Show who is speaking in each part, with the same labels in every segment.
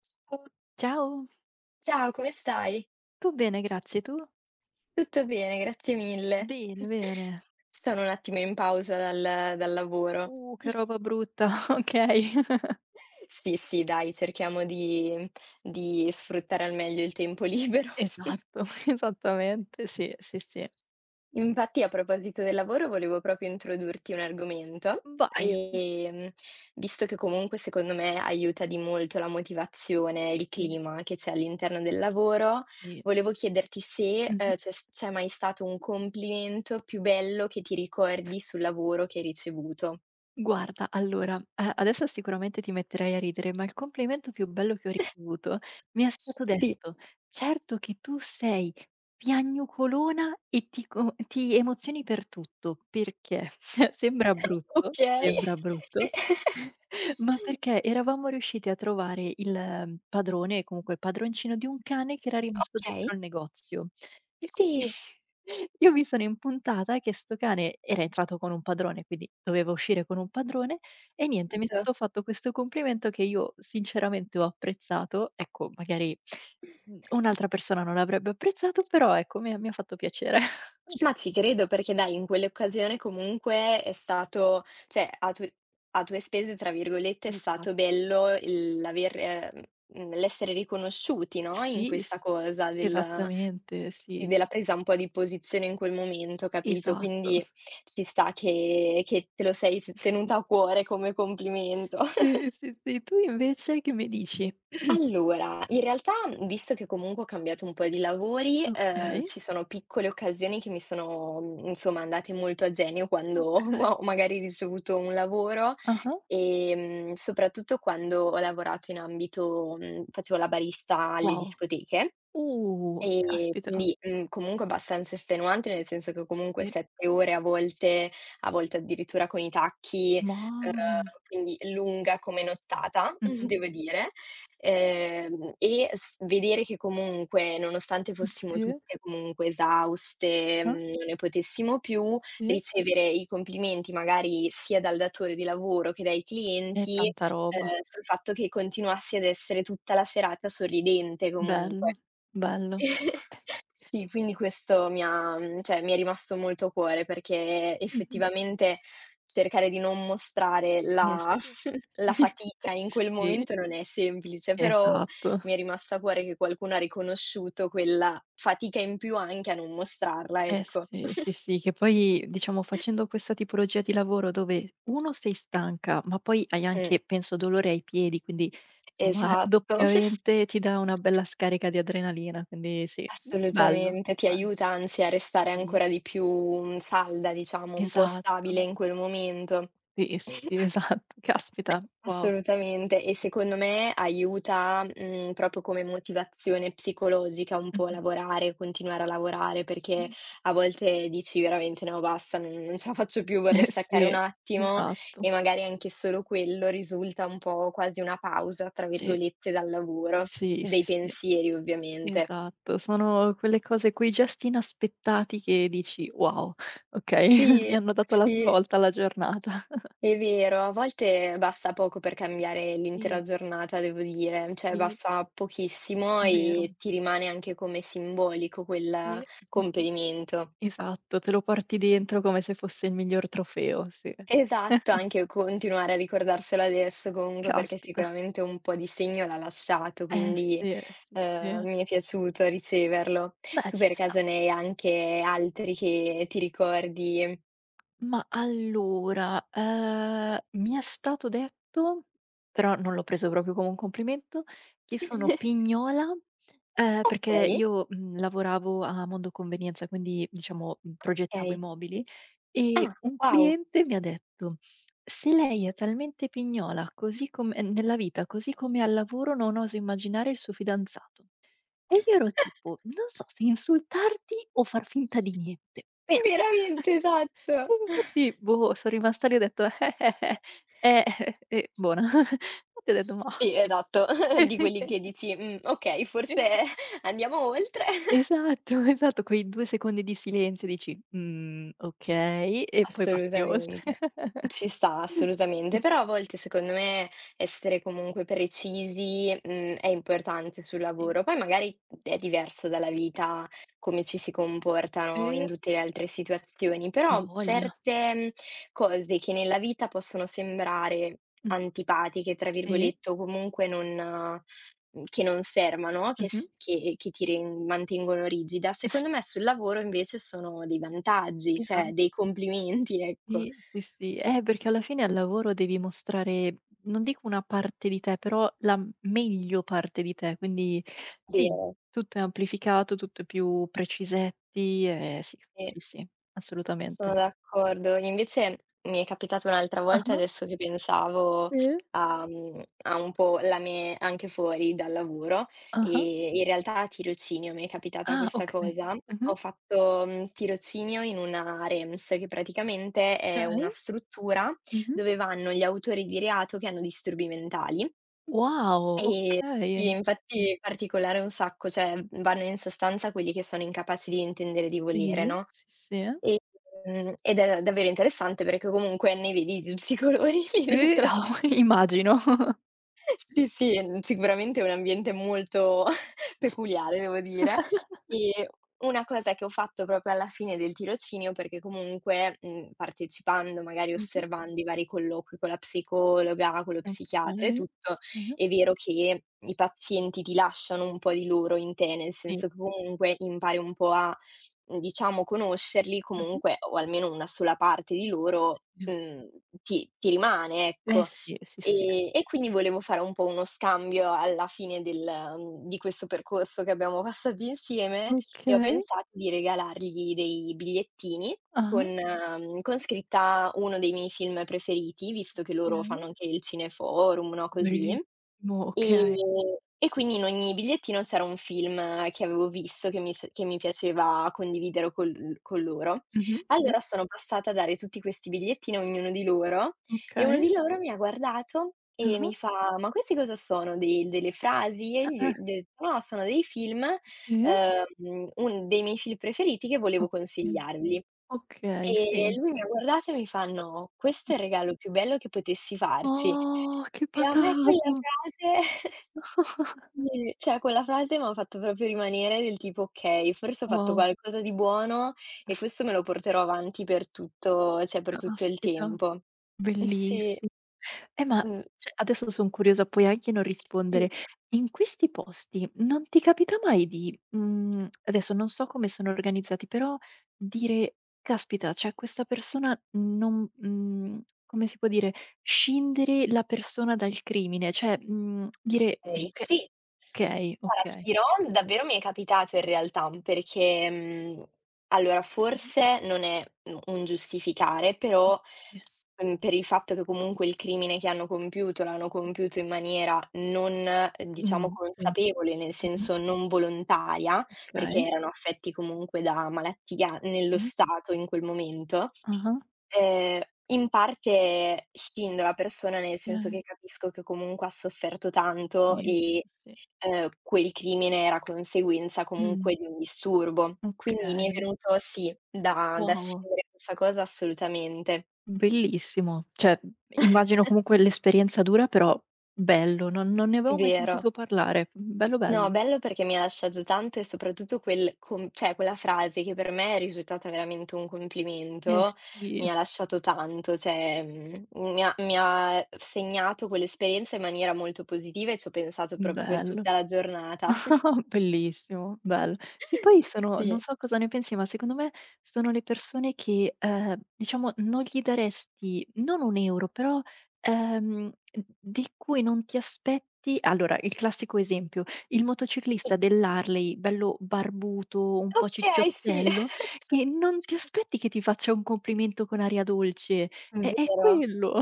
Speaker 1: Ciao,
Speaker 2: Ciao,
Speaker 1: ciao, come stai?
Speaker 2: tu bene, grazie, tu?
Speaker 1: Tutto bene, grazie mille.
Speaker 2: Bene, bene.
Speaker 1: Sono un attimo in pausa dal lavoro.
Speaker 2: Che roba brutta, okay.
Speaker 1: Sì, sì, dai, cerchiamo di sfruttare al meglio il tempo libero.
Speaker 2: Esatto, esattamente, sì, sì, sì.
Speaker 1: Infatti a proposito del lavoro volevo proprio introdurti un argomento,
Speaker 2: Vai.
Speaker 1: visto che comunque secondo me aiuta di molto la motivazione, il
Speaker 2: Sì,
Speaker 1: clima che c'è all'interno del lavoro,
Speaker 2: sì, sì,
Speaker 1: volevo
Speaker 2: sì.
Speaker 1: chiederti se,
Speaker 2: Mh-mh.
Speaker 1: c'è mai stato un complimento più bello che ti ricordi sul lavoro che hai ricevuto.
Speaker 2: Guarda, allora, a adesso sicuramente ti metterai a ridere, ma il complimento più bello che ho ricevuto mi è stato
Speaker 1: Sì.
Speaker 2: detto: "Certo che tu sei piagnucolona e ti emozioni per tutto". Perché?
Speaker 1: Okay,
Speaker 2: Sembra
Speaker 1: sì.
Speaker 2: brutto, ma perché eravamo riusciti a trovare il padrone, comunque il padroncino di un cane che era rimasto
Speaker 1: Okay,
Speaker 2: dentro al negozio. E quindi
Speaker 1: sì,
Speaker 2: io mi sono impuntata che 'sto cane era entrato con un padrone, quindi doveva uscire con un padrone, e niente, mi è
Speaker 1: certo.
Speaker 2: stato fatto questo complimento che io sinceramente ho apprezzato. Ecco, magari, un'altra persona non l'avrebbe apprezzato, però ecco, mi ha fatto piacere.
Speaker 1: Ma ci credo perché dai, in quell'occasione comunque è stato cioè a tue spese, tra virgolette, è
Speaker 2: Esa
Speaker 1: stato bello il l'aver l'essere riconosciuti, no, in
Speaker 2: Sì,
Speaker 1: questa
Speaker 2: s
Speaker 1: cosa del
Speaker 2: esattamente,
Speaker 1: sì,
Speaker 2: sì,
Speaker 1: della
Speaker 2: sì.
Speaker 1: presa un po' di posizione in quel momento, capito?
Speaker 2: Esatto.
Speaker 1: Quindi ci sta che te lo sei s tenuta a cuore come complimento.
Speaker 2: Sì, sì, sì. Tu invece che mi dici?
Speaker 1: Allora, in realtà, visto che comunque ho cambiato un po' di lavori,
Speaker 2: Okay,
Speaker 1: ci sono piccole occasioni che mi sono, insomma andate molto a genio quando
Speaker 2: okay.
Speaker 1: ho magari ricevuto un lavoro,
Speaker 2: Ah-ah.
Speaker 1: soprattutto quando ho lavorato in ambito facevo la barista alle
Speaker 2: Wow.
Speaker 1: discoteche. Ehm,
Speaker 2: Caspita.
Speaker 1: quindi, mhmm, comunque abbastanza estenuante, nel senso che comunque
Speaker 2: Sì,
Speaker 1: 7 ore a volte addirittura con i tacchi,
Speaker 2: mamma mia.
Speaker 1: quindi lunga come nottata,
Speaker 2: Mh-mh.
Speaker 1: devo dire. E s vedere che comunque, nonostante fossimo
Speaker 2: Sì,
Speaker 1: tutte comunque esauste,
Speaker 2: ah-ah,
Speaker 1: non ne potessimo più,
Speaker 2: sì.
Speaker 1: ricevere i complimenti magari sia dal datore di lavoro che dai
Speaker 2: E
Speaker 1: clienti,
Speaker 2: tanta roba.
Speaker 1: sul fatto che continuassi ad essere tutta la serata sorridente comunque.
Speaker 2: Bello, bello.
Speaker 1: Sì, quindi questo cioè mi è rimasto molto a cuore perché
Speaker 2: Mh-mh.
Speaker 1: effettivamente cercare di non mostrare
Speaker 2: Eh
Speaker 1: la
Speaker 2: sì.
Speaker 1: la fatica in quel
Speaker 2: Sì,
Speaker 1: momento non è semplice, però
Speaker 2: esatto.
Speaker 1: mi è rimasto a cuore che qualcuno ha riconosciuto quella fatica in più anche a non mostrarla,
Speaker 2: Eh
Speaker 1: ecco.
Speaker 2: sì, sì, sì, che poi diciamo facendo questa tipologia di lavoro dove uno sei stanca, ma poi hai
Speaker 1: Mh,
Speaker 2: anche penso dolore ai piedi, quindi insomma
Speaker 1: esatto,
Speaker 2: doppiamente ti dà una bella scarica di adrenalina, quindi sì, bello,
Speaker 1: assolutamente. Ti
Speaker 2: bello.
Speaker 1: aiuta anzi a restare
Speaker 2: Sì,
Speaker 1: ancora di più, salda diciamo, un po'
Speaker 2: esatto.
Speaker 1: stabile in quel momento.
Speaker 2: Sì, sì, sì, esatto. Caspita, wow.
Speaker 1: Assolutamente e secondo me aiuta, proprio come motivazione psicologica un po' a
Speaker 2: Mh-mh.
Speaker 1: lavorare, continuare a lavorare, perché
Speaker 2: Sì.
Speaker 1: a volte dici veramente: "No basta, non ce la faccio più,
Speaker 2: Eh
Speaker 1: vorrei staccare un
Speaker 2: sì,
Speaker 1: attimo",
Speaker 2: esatto.
Speaker 1: e magari anche solo quello risulta un po' quasi una "pausa" tra
Speaker 2: Sì,
Speaker 1: virgolette dal lavoro,
Speaker 2: sì,
Speaker 1: dei
Speaker 2: sì,
Speaker 1: pensieri
Speaker 2: sì,
Speaker 1: ovviamente.
Speaker 2: esatto. Sono quelle cose, quei gesti inaspettati che dici: "Wow, okay, mi
Speaker 1: Sì,
Speaker 2: hanno dato la
Speaker 1: sì.
Speaker 2: svolta alla giornata."
Speaker 1: È vero, a volte basta poco per cambiare l'intera
Speaker 2: Sì,
Speaker 1: giornata, devo dire, cioè
Speaker 2: sì,
Speaker 1: basta pochissimo
Speaker 2: è vero.
Speaker 1: e ti rimane anche come simbolico quel
Speaker 2: Sì, sì, sì.
Speaker 1: compimento.
Speaker 2: Esatto, te lo porti dentro come se fosse il miglior trofeo, sì.
Speaker 1: Esatto, anche continuare a ricordarselo adesso comunque perché
Speaker 2: Caspita.
Speaker 1: sicuramente un po' di segno l'ha lasciato, quindi
Speaker 2: Sì, eh sì, sì.
Speaker 1: mi è piaciuto riceverlo.
Speaker 2: Beh,
Speaker 1: Tu
Speaker 2: ci
Speaker 1: per
Speaker 2: sta.
Speaker 1: caso ne hai anche altri che ti ricordi?
Speaker 2: Ma allora, mi è stato detto, però non l'ho preso proprio come un complimento, che sono pignola,
Speaker 1: Ok,
Speaker 2: perché io, lavoravo a Mondo Convenienza, quindi diciamo, progettavo i
Speaker 1: ok.
Speaker 2: mobili
Speaker 1: Ah,
Speaker 2: e un
Speaker 1: wow.
Speaker 2: cliente mi ha detto: "Se lei è talmente pignola così com nella vita, così come al lavoro, non oso immaginare il suo fidanzato". E io ero tipo: "Non so se insultarti o far finta di niente, però".
Speaker 1: Veramente, esatto.
Speaker 2: E infatti, boh, son rimasta lì e ho detto: buona". Infatti ho detto: "Mah".
Speaker 1: Sì, esatto, di quelli che dici: okay, forse andiamo oltre".
Speaker 2: Esatto, esatto, quei due secondi di silenzio dici: "Mhmm, okay", e poi passi oltre.
Speaker 1: Assolutamente. Ci sta assolutamente, però a volte secondo me essere comunque precisi, è importante sul lavoro. Poi magari è diverso dalla vita come ci si comportano
Speaker 2: Sì,
Speaker 1: in tutte le altre situazioni,
Speaker 2: a
Speaker 1: però
Speaker 2: voglia.
Speaker 1: certe, cose che nella vita possono sembrare
Speaker 2: Mh-mh.
Speaker 1: "antipatiche", tra
Speaker 2: Sì.
Speaker 1: virgolette, o comunque non Mhmm, che non servano, che
Speaker 2: Mh-mh.
Speaker 1: s che ti ren mantengono rigida, secondo
Speaker 2: Sì,
Speaker 1: me sul lavoro invece sono dei vantaggi, cioè dei
Speaker 2: esatto.
Speaker 1: complimenti, ecco.
Speaker 2: Sì, sì, sì. Perché alla fine al lavoro devi mostrare, non dico una parte di te, però la meglio parte di te, quindi
Speaker 1: De
Speaker 2: sì, tutto è amplificato, tutto è più precisetti, sì,
Speaker 1: eh,
Speaker 2: sì, sì,
Speaker 1: Sono
Speaker 2: assolutamente.
Speaker 1: d'accordo. Invece mi è capitato un'altra volta,
Speaker 2: Ah-ah,
Speaker 1: adesso che pensavo
Speaker 2: sì,
Speaker 1: a un po' la me anche fuori dal lavoro,
Speaker 2: ah-ah.
Speaker 1: in realtà a tirocinio mi è capitata
Speaker 2: Ah,
Speaker 1: questa
Speaker 2: okay.
Speaker 1: cosa. Ho
Speaker 2: Mh-mh.
Speaker 1: fatto, tirocinio in una REMS, che praticamente è
Speaker 2: Okay.
Speaker 1: una struttura
Speaker 2: Mh-mh.
Speaker 1: dove vanno gli autori di reato che hanno disturbi mentali.
Speaker 2: Wow,
Speaker 1: Ehm, sì,
Speaker 2: okay.
Speaker 1: infatti è particolare un sacco, cioè vanno in sostanza quelli che sono incapaci di intendere e di volere,
Speaker 2: Sì,
Speaker 1: no?
Speaker 2: sì, sì.
Speaker 1: E ed è davvero interessante perché comunque ne vedi di tutti i colori lì dentro.
Speaker 2: Ah, immagino.
Speaker 1: Sì, sì, sicuramente è un ambiente molto peculiare, devo dire. E una cosa che ho fatto proprio alla fine del tirocinio, perché comunque, partecipando, magari
Speaker 2: Mh-mh.
Speaker 1: osservando i vari colloqui con la psicologa, con lo psichiatra e
Speaker 2: Okay.
Speaker 1: tutto,
Speaker 2: Sì,
Speaker 1: è vero che i pazienti ti lasciano un po' di loro in te, nel
Speaker 2: sì.
Speaker 1: senso che comunque impari un po' a, diciamo conoscerli,
Speaker 2: Mh-mh.
Speaker 1: comunque o almeno una sola parte di loro,
Speaker 2: Sì.
Speaker 1: ti rimane,
Speaker 2: Eh
Speaker 1: ecco.
Speaker 2: sì, sì, sì.
Speaker 1: E quindi volevo fare un po' uno scambio alla fine di questo percorso che abbiamo passato insieme e ho
Speaker 2: Okay.
Speaker 1: pensato di regalargli dei bigliettini con
Speaker 2: Ah-ah,
Speaker 1: mhmm, con scritta uno dei miei film preferiti, visto che loro fanno
Speaker 2: okay.
Speaker 1: anche il cineforum, no, così.
Speaker 2: Bellissimo, okay.
Speaker 1: E quindi in ogni bigliettino c'era un film che avevo visto, che mi piaceva condividere col con loro.
Speaker 2: Mh-mh, sì,
Speaker 1: Allora sono passata a dare tutti questi bigliettini a ognuno di loro, e uno
Speaker 2: okay.
Speaker 1: di loro mi ha guardato e mi
Speaker 2: Ah-ah,
Speaker 1: fa: "Ma questi cosa sono? Dei delle frasi?" E gli ho
Speaker 2: ah-ah,
Speaker 1: gli ho detto: "No, sono dei film,
Speaker 2: sì,
Speaker 1: un dei miei film preferiti che volevo
Speaker 2: okay,
Speaker 1: consigliarvi."
Speaker 2: okay,
Speaker 1: E
Speaker 2: sì.
Speaker 1: lui mi ha guardato e mi fa: "No, questo è il regalo più bello che potessi farci".
Speaker 2: Oh, che
Speaker 1: E a me quella
Speaker 2: patato!
Speaker 1: frase sì, cioè quella frase m'ha fatto proprio rimanere del tipo: "Okay, forse ho fatto
Speaker 2: Wow,
Speaker 1: qualcosa di buono e questo me lo porterò avanti per tutto cioè per tutto il
Speaker 2: caspita.
Speaker 1: tempo". Sì,
Speaker 2: Bellissi ma
Speaker 1: mh,
Speaker 2: cioè, adesso son curiosa, puoi anche non rispondere.
Speaker 1: sì.
Speaker 2: In questi posti non ti capita mai di adesso non so come sono organizzati, però dire: "Caspita, cioè questa persona non", come si può dire, scindere la persona dal crimine, cioè, dire:
Speaker 1: Okay. Sì.
Speaker 2: Okay,
Speaker 1: Guarda, ti
Speaker 2: okay".
Speaker 1: dirò, davvero mi è capitato in realtà, perché, allora
Speaker 2: Mh-mh,
Speaker 1: forse non è u un giustificare, però,
Speaker 2: okay.
Speaker 1: per il fatto che comunque il crimine che hanno compiuto l'hanno compiuto in maniera non, diciamo
Speaker 2: Sì.
Speaker 1: consapevole, nel
Speaker 2: Mh-mh,
Speaker 1: senso non volontaria, perché
Speaker 2: okay,
Speaker 1: erano affetti comunque da malattia nello
Speaker 2: sì.
Speaker 1: stato in quel momento.
Speaker 2: Ah-ah.
Speaker 1: Ehm, In parte scindo la persona, nel senso che
Speaker 2: Okay,
Speaker 1: capisco che comunque ha sofferto tanto
Speaker 2: sì,
Speaker 1: e,
Speaker 2: sì, sì.
Speaker 1: quel crimine era conseguenza
Speaker 2: Mh,
Speaker 1: comunque di un disturbo. Quindi mi è
Speaker 2: okay.
Speaker 1: venuto sì, da
Speaker 2: Wow,
Speaker 1: scindere questa cosa assolutamente.
Speaker 2: bellissimo. Cioè, immagino comunque l'esperienza dura, però bello, non ne avevo mai
Speaker 1: Vero.
Speaker 2: sentito parlare. Bello,
Speaker 1: No,
Speaker 2: bello.
Speaker 1: bello perché mi ha lasciato tanto e soprattutto quel com cioè quella frase che per me è risultata veramente un
Speaker 2: Eh
Speaker 1: complimento,
Speaker 2: sì,
Speaker 1: mi ha lasciato tanto, cioè, mi ha segnato quell'esperienza in maniera molto positiva e ci ho pensato proprio per
Speaker 2: bello.
Speaker 1: tutta la giornata.
Speaker 2: Oh, bellissimo, bello. Sì, poi sono non
Speaker 1: Sì.
Speaker 2: so cosa ne pensi, ma secondo me sono le persone che, diciamo non gli daresti non un euro, però, ehm, di cui non ti aspetti allora, il classico esempio, il
Speaker 1: Sì.
Speaker 2: motociclista dell'Harley, bello barbuto, un po'
Speaker 1: Okay, sì.
Speaker 2: cicciottello, che non ti aspetti che ti faccia un complimento con aria dolce, è
Speaker 1: Vero.
Speaker 2: quello.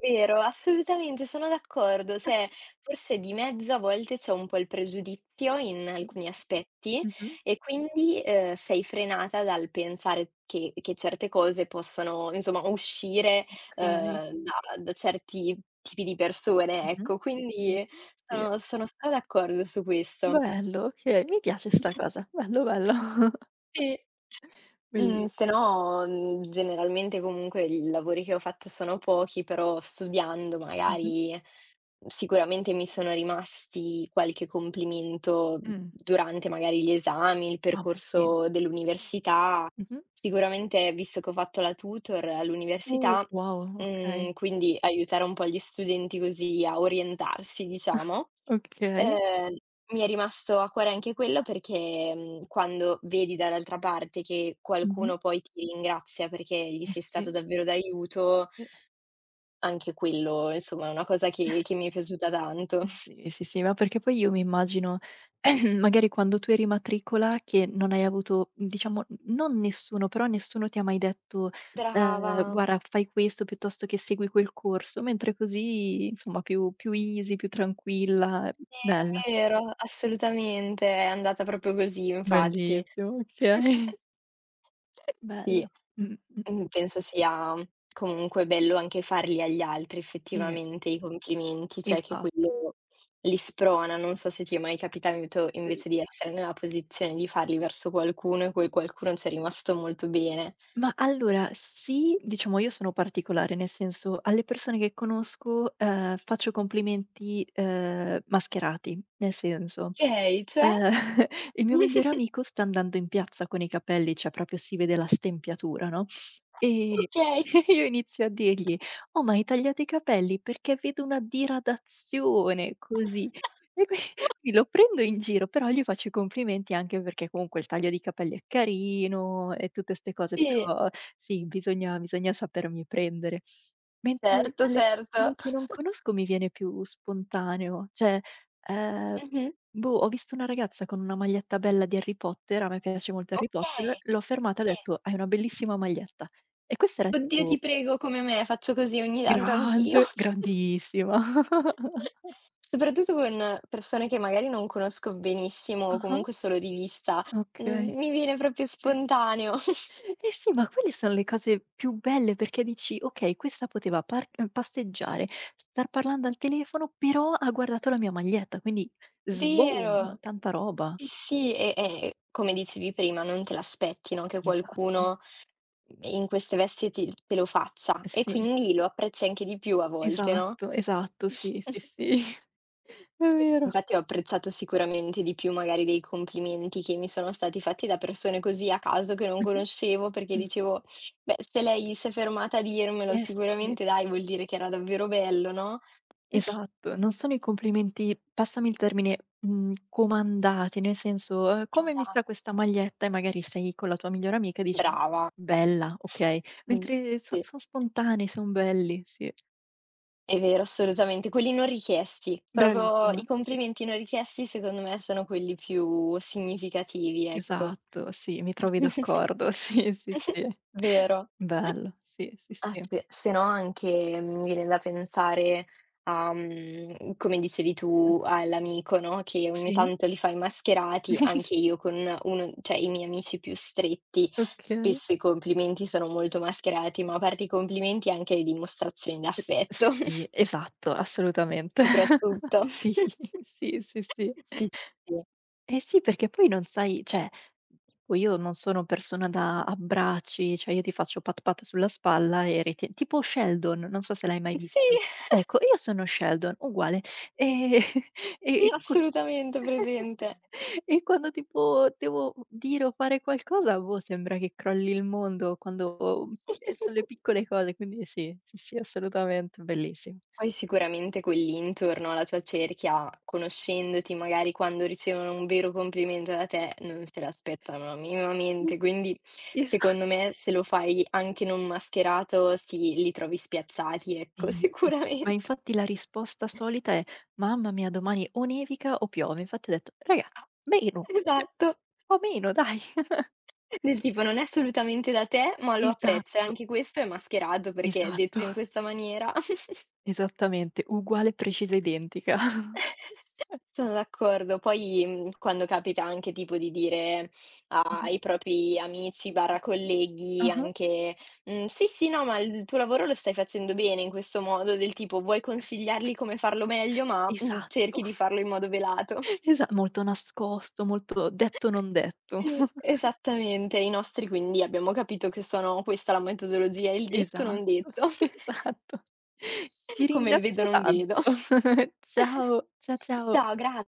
Speaker 1: Vero, assolutamente, sono d'accordo. Cioè, forse di mezzo a volte c'è un po' il pregiudizio in
Speaker 2: Sì.
Speaker 1: alcuni aspetti
Speaker 2: Mh-mh.
Speaker 1: e quindi, sei frenata dal pensare che certe cose possono, insomma, uscire,
Speaker 2: Okay.
Speaker 1: ehm, da da certi tipi di persone,
Speaker 2: Mh-mh.
Speaker 1: ecco.
Speaker 2: Sì,
Speaker 1: Quindi
Speaker 2: sì.
Speaker 1: sono stra d'accordo su questo.
Speaker 2: Bello, okay, mi piace sta cosa. Bello, bello.
Speaker 1: Sì. Mhmm, se
Speaker 2: Bellissi
Speaker 1: no, mhmm, generalmente comunque i lavori che ho fatto sono pochi, però studiando
Speaker 2: Mh-mh.
Speaker 1: magari sicuramente mi sono rimasti qualche complimento
Speaker 2: Mh.
Speaker 1: durante magari gli esami, il
Speaker 2: Vabbè sì,
Speaker 1: percorso
Speaker 2: sì, sì.
Speaker 1: dell'università.
Speaker 2: Mh-mh.
Speaker 1: Sicuramente, visto che ho fatto la tutor all'università,
Speaker 2: Wow, okay,
Speaker 1: quindi aiutare un po' gli studenti così a orientarsi, diciamo.
Speaker 2: okay.
Speaker 1: Ehm, Mi è rimasto a cuore anche quello perché, quando vedi dall'altra parte che
Speaker 2: Mh-mh.
Speaker 1: qualcuno poi ti ringrazia perché gli
Speaker 2: Eh
Speaker 1: sei
Speaker 2: sì,
Speaker 1: stato
Speaker 2: sì.
Speaker 1: davvero d'aiuto, anche quello insomma è una cosa che mi è piaciuta tanto.
Speaker 2: Sì, sì, sì, ma perché poi io mi immagino magari quando tu eri in matricola che non hai avuto, diciamo, non nessuno, però nessuno ti ha mai detto,
Speaker 1: Brava,
Speaker 2: ehm: "Guarda fai questo piuttosto che segui quel corso", mentre così insomma più easy, più tranquilla,
Speaker 1: sì,
Speaker 2: bella.
Speaker 1: è vero, assolutamente, è andata proprio così infatti.
Speaker 2: Bellissimo, okay.
Speaker 1: Sì.
Speaker 2: Bello. Mh, mh.
Speaker 1: Penso sia comunque bello anche farli agli altri
Speaker 2: Sì,
Speaker 1: effettivamente i complimenti, cioè che
Speaker 2: esatto.
Speaker 1: quello li sprona. Non so se ti è mai capitato
Speaker 2: Uhm,
Speaker 1: invece di essere nella posizione di farli verso qualcuno e quel qualcuno ci è rimasto molto bene.
Speaker 2: ma allora sì, diciamo io sono particolare, nel senso alle persone che conosco, faccio complimenti, mascherati, nel senso.
Speaker 1: "Okay, cioè?"
Speaker 2: Ehm, il mio migliore amico sta andando in piazza con i capelli, cioè proprio si vede la stempiatura, no, e
Speaker 1: "Okay."
Speaker 2: io inizio a dirgli: "Oh, ma hai tagliato i capelli perché vedo una diradazione", così. E qui quindi lo prendo in giro, però gli faccio i complimenti anche perché comunque il taglio di capelli è carino e tutte 'ste cose,
Speaker 1: Sì,
Speaker 2: però sì, bisogna sapermi prendere. Mentre
Speaker 1: certo,
Speaker 2: alle
Speaker 1: certo.
Speaker 2: persone che non conosco mi viene più spontaneo, cioè, ehm,
Speaker 1: Mh-mh.
Speaker 2: boh, ho visto una ragazza con una maglietta bella di Harry Potter, a me piace molto Harry Potter,
Speaker 1: "Okay."
Speaker 2: l'ho fermata e ho
Speaker 1: Sì.
Speaker 2: detto: "Hai una bellissima maglietta". E questa era
Speaker 1: "Oddio ti
Speaker 2: tipo
Speaker 1: prego come me, faccio così ogni tanto anch'io."
Speaker 2: grande, grandissima.
Speaker 1: Soprattutto con persone che magari non conosco benissimo o
Speaker 2: Ah-ah,
Speaker 1: comunque solo di vista,
Speaker 2: okay.
Speaker 1: mi viene proprio spontaneo.
Speaker 2: Eh sì, ma quelle son le cose più belle perché dici: "Okay, questa poteva par passeggiare, star parlando al telefono, però ha guardato la mia maglietta, quindi
Speaker 1: Vero,
Speaker 2: sboom, tanta roba".
Speaker 1: sì, sì, e come dicevi prima, non te l'aspetti, no, che
Speaker 2: Esatto,
Speaker 1: qualcuno in queste vesti ti te lo faccia
Speaker 2: eh
Speaker 1: e
Speaker 2: sì,
Speaker 1: quindi lo apprezzi anche di più a volte, no?
Speaker 2: esatto, esatto, sì, sì, sì, è vero.
Speaker 1: Infatti ho apprezzato sicuramente di più magari dei complimenti che mi sono stati fatti da persone così a caso che non
Speaker 2: Mh-mh,
Speaker 1: conoscevo, perché
Speaker 2: mh.
Speaker 1: dicevo: "Beh, se lei s'è fermata a dirmelo
Speaker 2: Eh sì,
Speaker 1: sicuramente dai, vuol dire che era davvero bello, no?"
Speaker 2: esatto, non sono i complimenti, passami il termine, comandati, nel senso: come
Speaker 1: Esa
Speaker 2: mi sta questa maglietta?" E magari sei con la tua migliore amica e dici:
Speaker 1: Brava.
Speaker 2: "Bella", okay,
Speaker 1: Mh,
Speaker 2: mentre
Speaker 1: sì,
Speaker 2: son spontanei, son belli, sì.
Speaker 1: è vero, assolutamente. Quelli non richiesti, proprio i
Speaker 2: Bravissima, sì,
Speaker 1: complimenti non richiesti secondo me sono quelli più significativi, ecco.
Speaker 2: esatto, sì, mi trovi d'accordo, sì, sì, sì.
Speaker 1: Vero.
Speaker 2: Bello, sì, sì,
Speaker 1: Ah,
Speaker 2: sì.
Speaker 1: se no anche mi viene da pensare a, come dicevi
Speaker 2: Mh-mh.
Speaker 1: tu all'amico, no, che ogni
Speaker 2: Sì?
Speaker 1: tanto li fai mascherati, anche io con uno cioè i miei amici più stretti,
Speaker 2: Okay.
Speaker 1: spesso i complimenti sono molto mascherati, ma a parte i complimenti anche le dimostrazioni
Speaker 2: E
Speaker 1: d'affetto
Speaker 2: sì, esatto, assolutamente.
Speaker 1: soprattutto.
Speaker 2: Sì, sì, sì, sì.
Speaker 1: Sì, sì.
Speaker 2: Eh sì, perché poi non sai cioè, tipo io non sono persona da abbracci, cioè io ti faccio pat pat sulla spalla e riti tipo Sheldon, non so se l'hai mai visto. Ecco, io sono Sheldon, uguale. Ehm,
Speaker 1: Sì,
Speaker 2: e qu
Speaker 1: assolutamente presente.
Speaker 2: E quando tipo devo dire o fare qualcosa, boh, sembra che crolli il mondo quando sono le piccole cose, quindi sì, sì, sì, assolutamente, bellissimo.
Speaker 1: Poi sicuramente quelli intorno alla tua cerchia, conoscendoti, magari quando ricevono un vero complimento da te, non se l'aspettano
Speaker 2: Mh.
Speaker 1: minimamente. Quindi,
Speaker 2: Esa
Speaker 1: secondo me, se lo fai anche non mascherato, sì, li trovi spiazzati, ecco,
Speaker 2: Sì, sì, sì. Ma
Speaker 1: sicuramente.
Speaker 2: infatti la risposta solita è: "Mamma mia, domani o nevica o piove". Infatti ho detto: "Raga, meno,
Speaker 1: Ecco.
Speaker 2: cioè un
Speaker 1: Esatto.
Speaker 2: po' meno dai".
Speaker 1: Del tipo: "Non è assolutamente da te, ma lo apprezzo." E
Speaker 2: Esatto,
Speaker 1: anche questo è mascherato, perché è
Speaker 2: esatto,
Speaker 1: detto in questa maniera.
Speaker 2: esattamente, uguale, precisa, identica.
Speaker 1: Sono d'accordo. Poi, quando capita anche tipo di dire
Speaker 2: Mh-mh.
Speaker 1: ai propri amici barra
Speaker 2: S
Speaker 1: colleghi
Speaker 2: Ah-ah.
Speaker 1: anche: "Mhmm, sì, sì, no, ma il tuo lavoro lo stai facendo bene", in questo modo del tipo vuoi
Speaker 2: S
Speaker 1: consigliargli come farlo meglio, ma, cerchi
Speaker 2: Esatto.
Speaker 1: di farlo in modo velato.
Speaker 2: Esa Molto nascosto, molto detto non detto.
Speaker 1: Sì, esattamente. I nostri quindi abbiamo capito che sono questa la metodologia, il detto non
Speaker 2: Esatto,
Speaker 1: detto,
Speaker 2: esatto. Ti
Speaker 1: come il vedo
Speaker 2: ringrazio
Speaker 1: non vedo.
Speaker 2: tanto. Ciao, ciao.
Speaker 1: Ciao, gra